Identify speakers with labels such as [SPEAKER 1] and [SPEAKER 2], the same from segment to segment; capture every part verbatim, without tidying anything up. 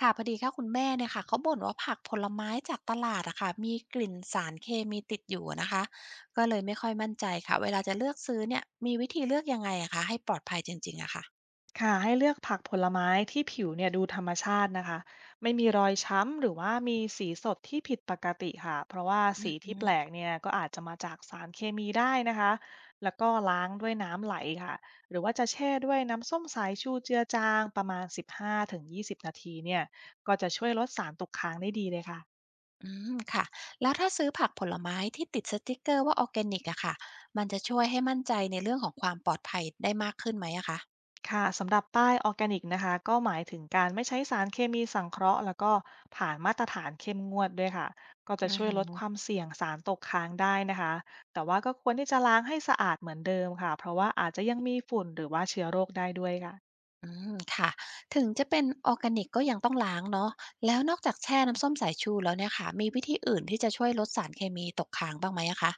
[SPEAKER 1] ค่ะพอดีค่ะคุณแม่เนี่ยค่ะเขาบ่นว่าผักผลไม้จากตลาดอะค่ะมีกลิ่นสารเคมีติดอยู่นะคะก็เลยไม่ค่อยมั่นใจค่ะเวลาจะเลือกซื้อเนี่ยมีวิธีเลือกยังไงอะคะให้ปลอดภัยจริงๆอะค่ะ
[SPEAKER 2] ค่ะให้เลือกผักผลไม้ที่ผิวเนี่ยดูธรรมชาตินะคะไม่มีรอยช้ำหรือว่ามีสีสดที่ผิดปกติค่ะเพราะว่าสี
[SPEAKER 1] อื
[SPEAKER 2] ที่แปล
[SPEAKER 1] ม
[SPEAKER 2] กเนี่ยก็อาจจะมาจากสารเคมีได้นะคะแล้วก็ล้างด้วยน้ำไหลค่ะหรือว่าจะแช่ด้วยน้ำส้มสายชูเจือจางประมาณสิบห้าถึงยี่สิบนาทีเนี่ยก็จะช่วยลดสารตกค้างได้ดีเลยค่ะ
[SPEAKER 1] อืมค่ะแล้วถ้าซื้อผักผลไม้ที่ติดสติกเกอร์ว่าออร์แกนิกอะค่ะมันจะช่วยให้มั่นใจในเรื่องของความปลอดภัยได้มากขึ้นไหมอะคะ
[SPEAKER 2] ค่ะสำหรับป้ายออร์แกนิกนะคะก็หมายถึงการไม่ใช้สารเคมีสังเคราะห์แล้วก็ผ่านมาตรฐานเข้มงวดด้วยค่ะก็จะ
[SPEAKER 1] อือ
[SPEAKER 2] ช่วย
[SPEAKER 1] ฮึ
[SPEAKER 2] ลดความเสี่ยงสารตกค้างได้นะคะแต่ว่าก็ควรที่จะล้างให้สะอาดเหมือนเดิมค่ะเพราะว่าอาจจะยังมีฝุ่นหรือว่าเชื้อโรคได้ด้วยค่ะ
[SPEAKER 1] อืมค่ะถึงจะเป็นออร์แกนิกก็ยังต้องล้างเนาะแล้วนอกจากแช่น้ำส้มสายชูแล้วเนี่ยค่ะมีวิธีอื่นที่จะช่วยลดสารเคมีตกค้างบ้างไหมอะคะ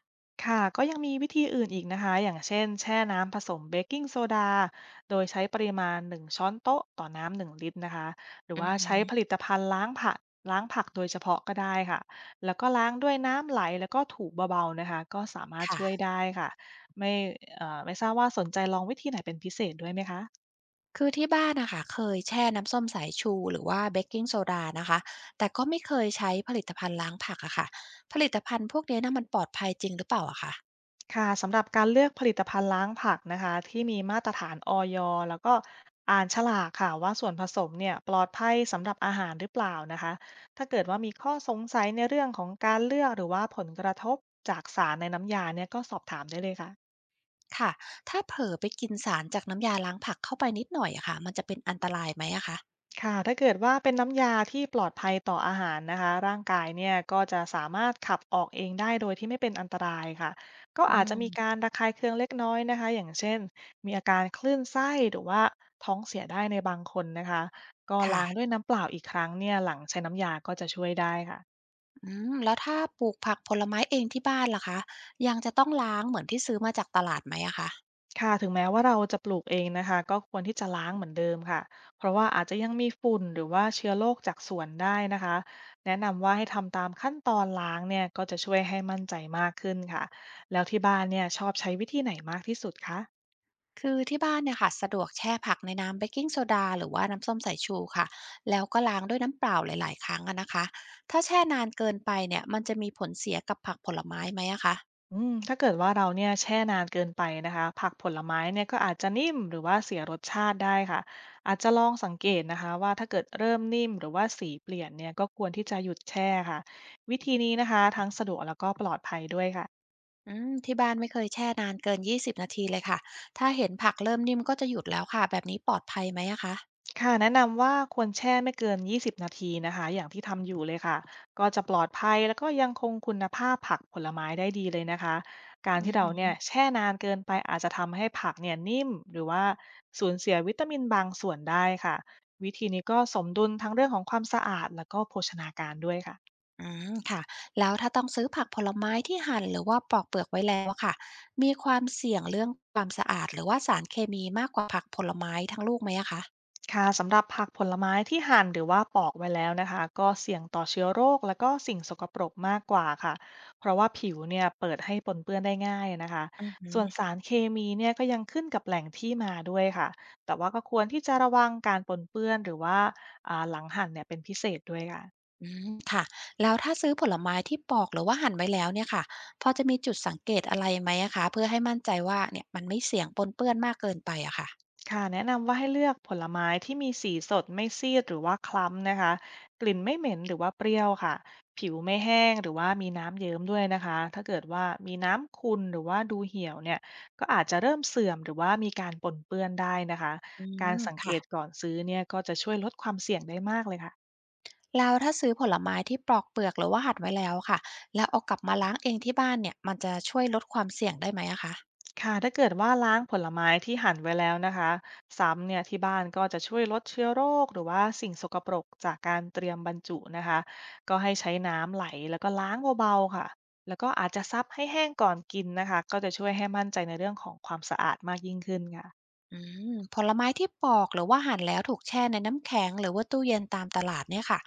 [SPEAKER 2] ค่ะก็ยังมีวิธีอื่นอีกนะคะ อย่างเช่นแช่น้ำผสมเบกกิ้งโซดาโดยใช้ปริมาณหนึ่งช้อนโต๊ะต่อน้ำหนึ่งลิตรนะคะ หรือ
[SPEAKER 1] อือ
[SPEAKER 2] ว่า
[SPEAKER 1] ฮึ
[SPEAKER 2] ใช้ผลิตภัณฑ์ล้างผักล้างผักโดยเฉพาะก็ได้ค่ะ แล้วก็ล้างด้วยน้ำไหลแล้วก็ถูเบาๆนะคะก็สามารถช่วย
[SPEAKER 1] ค่ะ
[SPEAKER 2] ได้ค่ะ ไม่เอ่อไม่ทราบว่าสนใจลองวิธีไหนเป็นพิเศษด้วยไหมคะ
[SPEAKER 1] คือที่บ้านนะคะเคยแช่น้ำส้มสายชูหรือว่าเบกกิงโซดานะคะแต่ก็ไม่เคยใช้ผลิตภัณฑ์ล้างผักอะค่ะผลิตภัณฑ์พวกเนี้ยน่ะมันปลอดภัยจริงหรือเปล่าอะคะ
[SPEAKER 2] ค่ะสำหรับการเลือกผลิตภัณฑ์ล้างผักนะคะที่มีมาตรฐานอยแล้วก็อ่านฉลากค่ะว่าส่วนผสมเนี่ยปลอดภัยสำหรับอาหารหรือเปล่านะคะถ้าเกิดว่ามีข้อสงสัยในเรื่องของการเลือกหรือว่าผลกระทบจากสารในน้ำยาเนี่ยก็สอบถามได้เลยค่ะ
[SPEAKER 1] ค่ะถ้าเผลอไปกินสารจากน้ำยาล้างผักเข้าไปนิดหน่อยอะค่ะมันจะเป็นอันตรายไหมอะคะ
[SPEAKER 2] ค่ะถ้าเกิดว่าเป็นน้ำยาที่ปลอดภัยต่ออาหารนะคะร่างกายเนี่ยก็จะสามารถขับออกเองได้โดยที่ไม่เป็นอันตรายค่ะก็
[SPEAKER 1] อื
[SPEAKER 2] อาจจะมีกา
[SPEAKER 1] ม
[SPEAKER 2] รระคายเคืองเล็กน้อยนะคะอย่างเช่นมีอาการคลื่นไส้หรือว่าท้องเสียได้ในบางคนนะคะก็ล้างด้
[SPEAKER 1] ค่ะ
[SPEAKER 2] วยน้ำเปล่าอีกครั้งเนี่ยหลังใช้น้ำยาก็จะช่วยได้ค่ะ
[SPEAKER 1] อืมแล้วถ้าปลูกผักผลไม้เองที่บ้านล่ะคะยังจะต้องล้างเหมือนที่ซื้อมาจากตลาดไหมอะคะ
[SPEAKER 2] ค่ะถึงแม้ว่าเราจะปลูกเองนะคะก็ควรที่จะล้างเหมือนเดิมค่ะเพราะว่าอาจจะยังมีฝุ่นหรือว่าเชื้อโรคจากสวนได้นะคะแนะนำว่าให้ทำตามขั้นตอนล้างเนี่ยก็จะช่วยให้มั่นใจมากขึ้นค่ะแล้วที่บ้านเนี่ยชอบใช้วิธีไหนมากที่สุดคะ
[SPEAKER 1] คือที่บ้านเนี่ยค่ะสะดวกแช่ผักในน้ำเบกกิงโซดาหรือว่าน้ำส้มสายชูค่ะแล้วก็ล้างด้วยน้ำเปล่าหลายๆครั้งอะนะคะถ้าแช่นานเกินไปเนี่ยมันจะมีผลเสียกับผักผลไม้ไหมอะคะ
[SPEAKER 2] อืมถ้าเกิดว่าเราเนี่ยแช่นานเกินไปนะคะผักผลไม้เนี่ยก็อาจจะนิ่มหรือว่าเสียรสชาติได้ค่ะอาจจะลองสังเกตนะคะว่าถ้าเกิดเริ่มนิ่มหรือว่าสีเปลี่ยนเนี่ยก็ควรที่จะหยุดแช่ค่ะวิธีนี้นะคะทั้งสะดวกแล้วก็ปลอดภัยด้วยค่ะ
[SPEAKER 1] อืมที่บ้านไม่เคยแช่นานเกินยี่สิบนาทีเลยค่ะถ้าเห็นผักเริ่มนิ่มก็จะหยุดแล้วค่ะแบบนี้ปลอดภัยไหมอะคะ
[SPEAKER 2] ค่ะแนะนำว่าควรแช่ไม่เกินยี่สิบนาทีนะคะอย่างที่ทำอยู่เลยค่ะก็จะปลอดภัยแล้วก็ยังคงคุณภาพผักผลไม้ได้ดีเลยนะคะการ
[SPEAKER 1] อื
[SPEAKER 2] ที่
[SPEAKER 1] อ
[SPEAKER 2] เราเนี่
[SPEAKER 1] ฮึ
[SPEAKER 2] ยแช่นานเกินไปอาจจะทำให้ผักเนี่ยนิ่มหรือว่าสูญเสียวิตามินบางส่วนได้ค่ะวิธีนี้ก็สมดุลทั้งเรื่องของความสะอาดแล้วก็โภชนาการด้วยค่ะ
[SPEAKER 1] อืมค่ะแล้วถ้าต้องซื้อผักผลไม้ที่หั่นหรือว่าปอกเปลือกไว้แล้วอะค่ะมีความเสี่ยงเรื่องความสะอาดหรือว่าสารเคมีมากกว่าผักผลไม้ทั้งลูกไหมอะคะ
[SPEAKER 2] ค่ะสำหรับผักผลไม้ที่หั่นหรือว่าปอกไว้แล้วนะคะก็เสี่ยงต่อเชื้อโรคและก็สิ่งสกปรกมากกว่าค่ะเพราะว่าผิวเนี่ยเปิดให้ปนเปื้อนได้ง่ายนะคะ
[SPEAKER 1] อืม
[SPEAKER 2] ส่วนสารเคมีเนี่ยก็ยังขึ้นกับแหล่งที่มาด้วยค่ะแต่ว่าก็ควรที่จะระวังการปนเปื้อนหรือว่าอ่าหลังหั่นเนี่ยเป็นพิเศษด้วยค่ะ
[SPEAKER 1] อืมค่ะแล้วถ้าซื้อผลไม้ที่ปอกหรือว่าหั่นไว้แล้วเนี่ยค่ะพอจะมีจุดสังเกตอะไรไหมอะคะเพื่อให้มั่นใจว่าเนี่ยมันไม่เสี่ยงปนเปื้อนมากเกินไปอะค่ะ
[SPEAKER 2] ค่ะแนะนำว่าให้เลือกผลไม้ที่มีสีสดไม่ซีดหรือว่าคล้ำนะคะกลิ่นไม่เหม็นหรือว่าเปรี้ยวค่ะผิวไม่แห้งหรือว่ามีน้ำเยิ้มด้วยนะคะถ้าเกิดว่ามีน้ำขุ่นหรือว่าดูเหี่ยวเนี่ยก็อาจจะเริ่มเสื่อมหรือว่ามีการปนเปื้อนได้นะคะ
[SPEAKER 1] อื
[SPEAKER 2] การ
[SPEAKER 1] ม
[SPEAKER 2] สังเก
[SPEAKER 1] ค่ะ
[SPEAKER 2] ตก่อนซื้อเนี่ยก็จะช่วยลดความเสี่ยงได้มากเลยค่ะ
[SPEAKER 1] แล้วถ้าซื้อผลไม้ที่ปลอกเปลือกหรือว่าหั่นไว้แล้วค่ะแล้วเอากลับมาล้างเองที่บ้านเนี่ยมันจะช่วยลดความเสี่ยงได้ไหมอะคะ
[SPEAKER 2] ค่ะถ้าเกิดว่าล้างผลไม้ที่หั่นไว้แล้วนะคะซ้ำเนี่ยที่บ้านก็จะช่วยลดเชื้อโรคหรือว่าสิ่งสกปรกจากการเตรียมบรรจุนะคะก็ให้ใช้น้ำไหลแล้วก็ล้างเบาๆค่ะแล้วก็อาจจะซับให้แห้งก่อนกินนะคะก็จะช่วยให้มั่นใจในเรื่องของความสะอาดมากยิ่งขึ้นค่ะ
[SPEAKER 1] อืมผลไม้ที่ปอกหรือว่าหั่นแล้วถูกแช่ในน้ำแข็งหรือว่าตู้เย็นตามตลาดเนี่ยค่ะ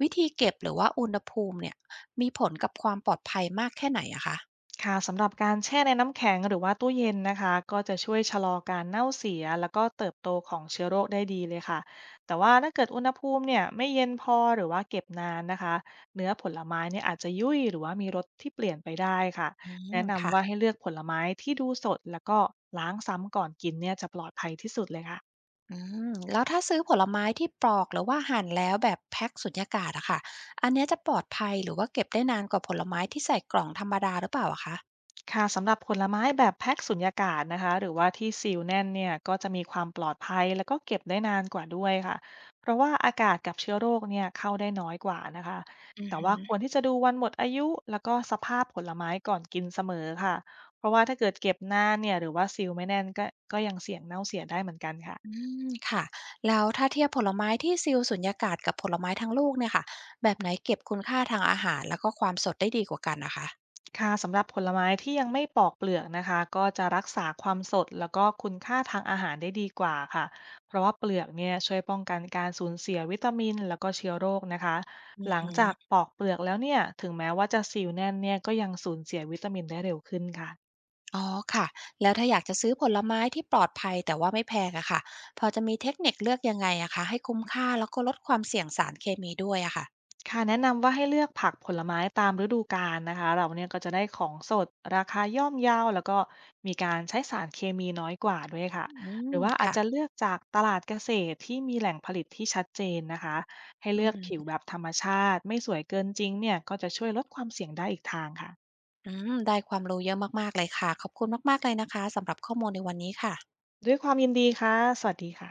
[SPEAKER 1] วิธีเก็บหรือว่าอุณหภูมิเนี่ยมีผลกับความปลอดภัยมากแค่ไหนอะคะ
[SPEAKER 2] ค่ะสำหรับการแช่ในน้ำแข็งหรือว่าตู้เย็นนะคะก็จะช่วยชะลอการเน่าเสียแล้วก็เติบโตของเชื้อโรคได้ดีเลยค่ะแต่ว่าถ้าเกิดอุณหภูมิเนี่ยไม่เย็นพอหรือว่าเก็บนานนะคะเนื้อผลไม้เนี่ยอาจจะยุ่ยหรือว่ามีรสที่เปลี่ยนไปได้ค่ะ
[SPEAKER 1] อืม
[SPEAKER 2] แนะนำ
[SPEAKER 1] ค่ะ
[SPEAKER 2] ว่าให้เลือกผลไม้ที่ดูสดแล้วก็ล้างซ้ำก่อนกินเนี่ยจะปลอดภัยที่สุดเลยค่ะ
[SPEAKER 1] อืมแล้วถ้าซื้อผลไม้ที่ปลอกหรือว่าหั่นแล้วแบบแพ็คสุญญากาศอะค่ะอันเนี้ยจะปลอดภัยหรือว่าเก็บได้นานกว่าผลไม้ที่ใส่กล่องธรรมดาหรือเปล่าอะคะ
[SPEAKER 2] ค่ะสำหรับผลไม้แบบแพ็คสุญญากาศนะคะหรือว่าที่ซีลแน่นเนี่ยก็จะมีความปลอดภัยแล้วก็เก็บได้นานกว่าด้วยค่ะเพราะว่าอากาศกับเชื้อโรคเนี่ยเข้าได้น้อยกว่านะคะ
[SPEAKER 1] อือ
[SPEAKER 2] แต่
[SPEAKER 1] หื
[SPEAKER 2] ว่า
[SPEAKER 1] อ
[SPEAKER 2] ควรที่จะดูวันหมดอายุแล้วก็สภาพผลไม้ก่อนกินเสมอค่ะเพราะว่าถ้าเกิดเก็บนานเนี่ยหรือว่าซีลไม่แน่นก็ก็ยังเสี่ยงเน่าเสียได้เหมือนกันค่ะ
[SPEAKER 1] อืมค่ะแล้วถ้าเทียบผลไม้ที่ซีลสุญญากาศกับผลไม้ทั้งลูกเนี่ยค่ะแบบไหนเก็บคุณค่าทางอาหารแล้วก็ความสดได้ดีกว่ากันนะคะ
[SPEAKER 2] ค่ะสำหรับผลไม้ที่ยังไม่ปอกเปลือกนะคะก็จะรักษาความสดแล้วก็คุณค่าทางอาหารได้ดีกว่าค่ะเพราะว่าเปลือกเนี่ยช่วยป้องกันการสูญเสียวิตามินแล้วก็เชื้อโรคนะคะ
[SPEAKER 1] อือ
[SPEAKER 2] หลัง
[SPEAKER 1] ฮึ
[SPEAKER 2] จากปอกเปลือกแล้วเนี่ยถึงแม้ว่าจะซีลแน่นเนี่ยก็ยังสูญเสียวิตามินได้เร็วขึ้นค่ะ
[SPEAKER 1] อ๋อค่ะแล้วถ้าอยากจะซื้อผลไม้ที่ปลอดภัยแต่ว่าไม่แพงอะค่ะพอจะมีเทคนิคเลือกยังไงอะคะให้คุ้มค่าแล้วก็ลดความเสี่ยงสารเคมีด้วยอะค่ะ
[SPEAKER 2] ค่ะแนะนำว่าให้เลือกผักผลไม้ตามฤดูกาลนะคะเราเนี่ยก็จะได้ของสดราคาย่อมเยาแล้วก็มีการใช้สารเคมีน้อยกว่าด้วยค่ะ
[SPEAKER 1] อื
[SPEAKER 2] ห
[SPEAKER 1] ม
[SPEAKER 2] รือว่าอาจ
[SPEAKER 1] ค่ะ
[SPEAKER 2] จะเลือกจากตลาดเกษตรที่มีแหล่งผลิตที่ชัดเจนนะคะให้
[SPEAKER 1] อื
[SPEAKER 2] เลื
[SPEAKER 1] อ
[SPEAKER 2] อก
[SPEAKER 1] ฮึ
[SPEAKER 2] ผิวแบบธรรมชาติไม่สวยเกินจริงเนี่ยก็จะช่วยลดความเสี่ยงได้อีกทางค่ะ
[SPEAKER 1] อืมได้ความรู้เยอะมากๆเลยค่ะขอบคุณมากๆเลยนะคะสำหรับข้อมูลในวันนี้ค่ะ
[SPEAKER 2] ด้วยความยินดีค่ะสวัสดีค่ะ